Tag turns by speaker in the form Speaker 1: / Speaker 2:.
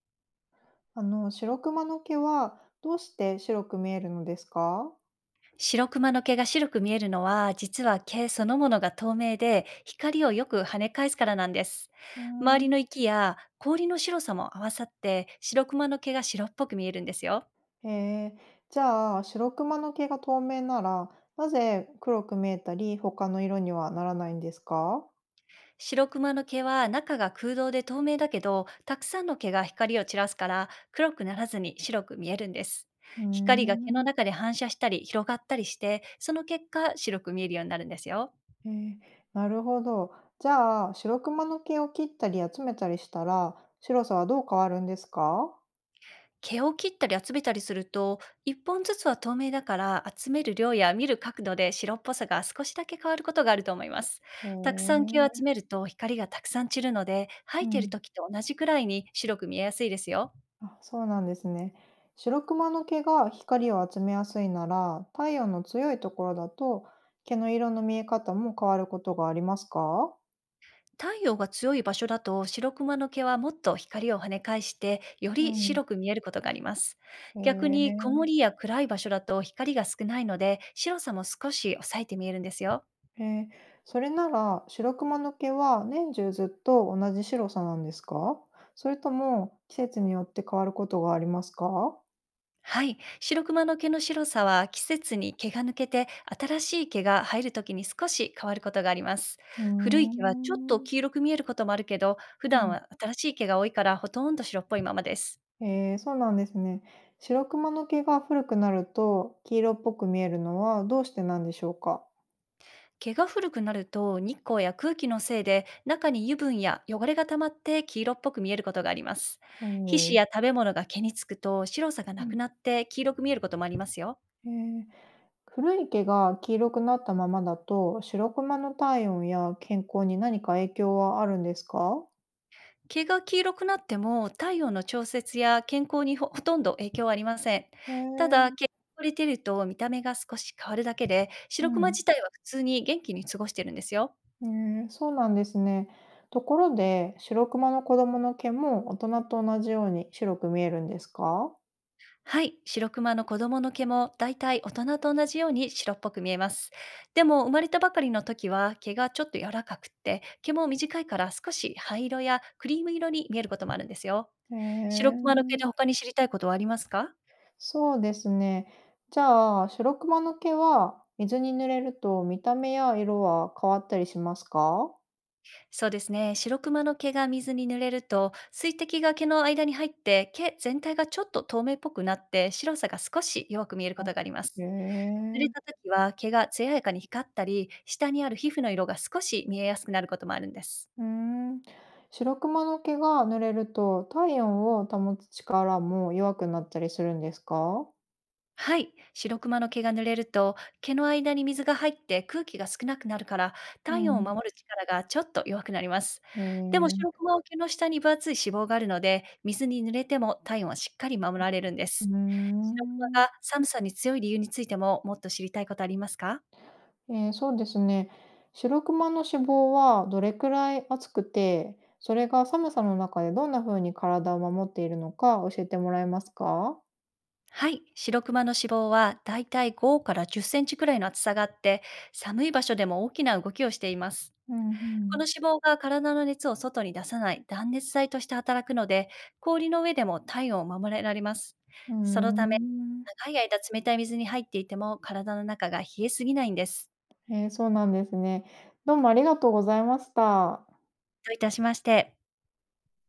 Speaker 1: 白クマの毛はどうして白く見えるのですか？
Speaker 2: 白クマの毛が白く見えるのは、実は毛そのものが透明で、光をよく跳ね返すからなんです。
Speaker 1: うー
Speaker 2: 周りの
Speaker 1: ん。
Speaker 2: 息や氷の白さも合わさって、白クマの毛が白っぽく見えるんですよ。
Speaker 1: へえ。じゃあ、白クマの毛が透明なら、なぜ黒く見えたり、他の色にはならないんですか？
Speaker 2: 白クマの毛は中が空洞で透明だけど、たくさんの毛が光を散らすから、黒くならずに白く見えるんです。
Speaker 1: うー
Speaker 2: 光が毛の
Speaker 1: ん。
Speaker 2: 中で反射したり広がったりして、その結果白く見えるようになるんですよ。
Speaker 1: へえ。なるほど。じゃあ、白クマの毛を切ったり集めたりしたら、白さはどう変わるんですか？
Speaker 2: 毛を切ったり集めたりすると、1本ずつは透明だから、集める量や見る角度で白っぽさが少しだけ変わることがあると思います。
Speaker 1: へ
Speaker 2: たくさん
Speaker 1: え。
Speaker 2: 毛を集めると光がたくさん散るので、生
Speaker 1: う
Speaker 2: えている
Speaker 1: ん。
Speaker 2: 時と同じくらいに白く見えやすいですよ。
Speaker 1: あ、そうなんですね。白クマの毛が光を集めやすいなら、太陽の強いところだと毛の色の見え方も変わることがありますか？
Speaker 2: 太陽が強い場所だと白クマの毛はもっと光を跳ね返して、よ
Speaker 1: う
Speaker 2: り
Speaker 1: ん。
Speaker 2: 白く見えることがあります。
Speaker 1: へ
Speaker 2: 逆に曇
Speaker 1: え、
Speaker 2: りや暗い場所だと光が少ないので、白さも少し抑えて見えるんですよ。
Speaker 1: へえ。それなら、白クマの毛は年中ずっと同じ白さなんですか、それとも季節によって変わることがありますか？
Speaker 2: はい。白クマの毛の白さは、季節に毛が抜けて新しい毛が入るときに少し変わることがあります。
Speaker 1: うー
Speaker 2: 古い毛はちょっと
Speaker 1: ん。
Speaker 2: 黄色く見えることもあるけど、普
Speaker 1: う
Speaker 2: 段
Speaker 1: ん。
Speaker 2: は新しい毛が多いから、ほとんど白っぽいままです。
Speaker 1: そうなんですね。白クマの毛が古くなると黄色っぽく見えるのはどうしてなんでしょうか？
Speaker 2: 毛が古くなると、日光や空気のせいで中に油分や汚れが溜まって黄色っぽく見えることがあります。皮
Speaker 1: ほ
Speaker 2: 脂
Speaker 1: う。
Speaker 2: や食べ物が毛につくと、白さが
Speaker 1: う
Speaker 2: な
Speaker 1: ん、
Speaker 2: くなって黄色く見えることもありますよ。
Speaker 1: へえ。古い毛が黄色くなったままだと、白クマの体温や健康に何か影響はあるんですか？
Speaker 2: 毛が黄色くなっても、体温の調節や健康にほほとんど影響はありません。
Speaker 1: へ
Speaker 2: た
Speaker 1: え。
Speaker 2: だ、毛が汚れてると見た目が少し変わるだけで、
Speaker 1: う
Speaker 2: 白クマ
Speaker 1: ん。
Speaker 2: 自体は普通に元気に過ごしてるんですよ。
Speaker 1: へえ、そうなんですね。ところで、白クマの子供の毛も大人と同じように白く見えるんですか？
Speaker 2: はい、白クマの子供の毛もだいたい大人と同じように白っぽく見えます。でも、生まれたばかりの時は毛がちょっと柔らかくって、毛も短いから少し灰色やクリーム色に見えることもあるんですよ。
Speaker 1: へ
Speaker 2: 白クマ
Speaker 1: え。
Speaker 2: の毛で他に知りたいことはありますか？
Speaker 1: そうですね。じゃあ、白クマの毛は水に濡れると見た目や色は変わったりしますか？
Speaker 2: そうですね。白クマの毛が水に濡れると、水滴が毛の間に入って、毛全体がちょっと透明っぽくなって、白さが少し弱く見えるこ
Speaker 1: あ、
Speaker 2: とがありま
Speaker 1: へ
Speaker 2: す。濡れ
Speaker 1: え。
Speaker 2: た時は毛が艶やかに光ったり、下にある皮膚の色が少し見えやすくなることもあるんです。
Speaker 1: うーん。白クマの毛が濡れると、体温を保つ力も弱くなったりするんですか？
Speaker 2: はい。白クマの毛が濡れると、毛の間に水が入って空気が少なくなるから、
Speaker 1: う
Speaker 2: 体温を
Speaker 1: ん。
Speaker 2: 守る力がちょっと弱くなります。
Speaker 1: へ
Speaker 2: でも、
Speaker 1: え。
Speaker 2: 白クマは毛の下に分厚い脂肪があるので、水に濡れても体温はしっかり守られるんで
Speaker 1: うー
Speaker 2: す。白クマ
Speaker 1: ん。
Speaker 2: が寒さに強い理由についても、もっと知りたいことありますか？
Speaker 1: ええ、そうですね。白クマの脂肪はどれくらい厚くて、それが寒さの中でどんな風に体を守っているのか教えてもらえますか？
Speaker 2: はい。白クマの脂肪はだいたい5から10センチくらいの厚さがあって、寒い場所でも大きな動きをしています。
Speaker 1: うんう
Speaker 2: この
Speaker 1: ん。
Speaker 2: 脂肪が体の熱を外に出さない断熱材として働くので、氷の上でも体温を守れられます。
Speaker 1: うー
Speaker 2: そのため、
Speaker 1: ん。
Speaker 2: 長い間冷たい水に入っていても体の中が冷えすぎないんです。
Speaker 1: ええ、そうなんですね。どうもありがとうございました。
Speaker 2: どういたしまして。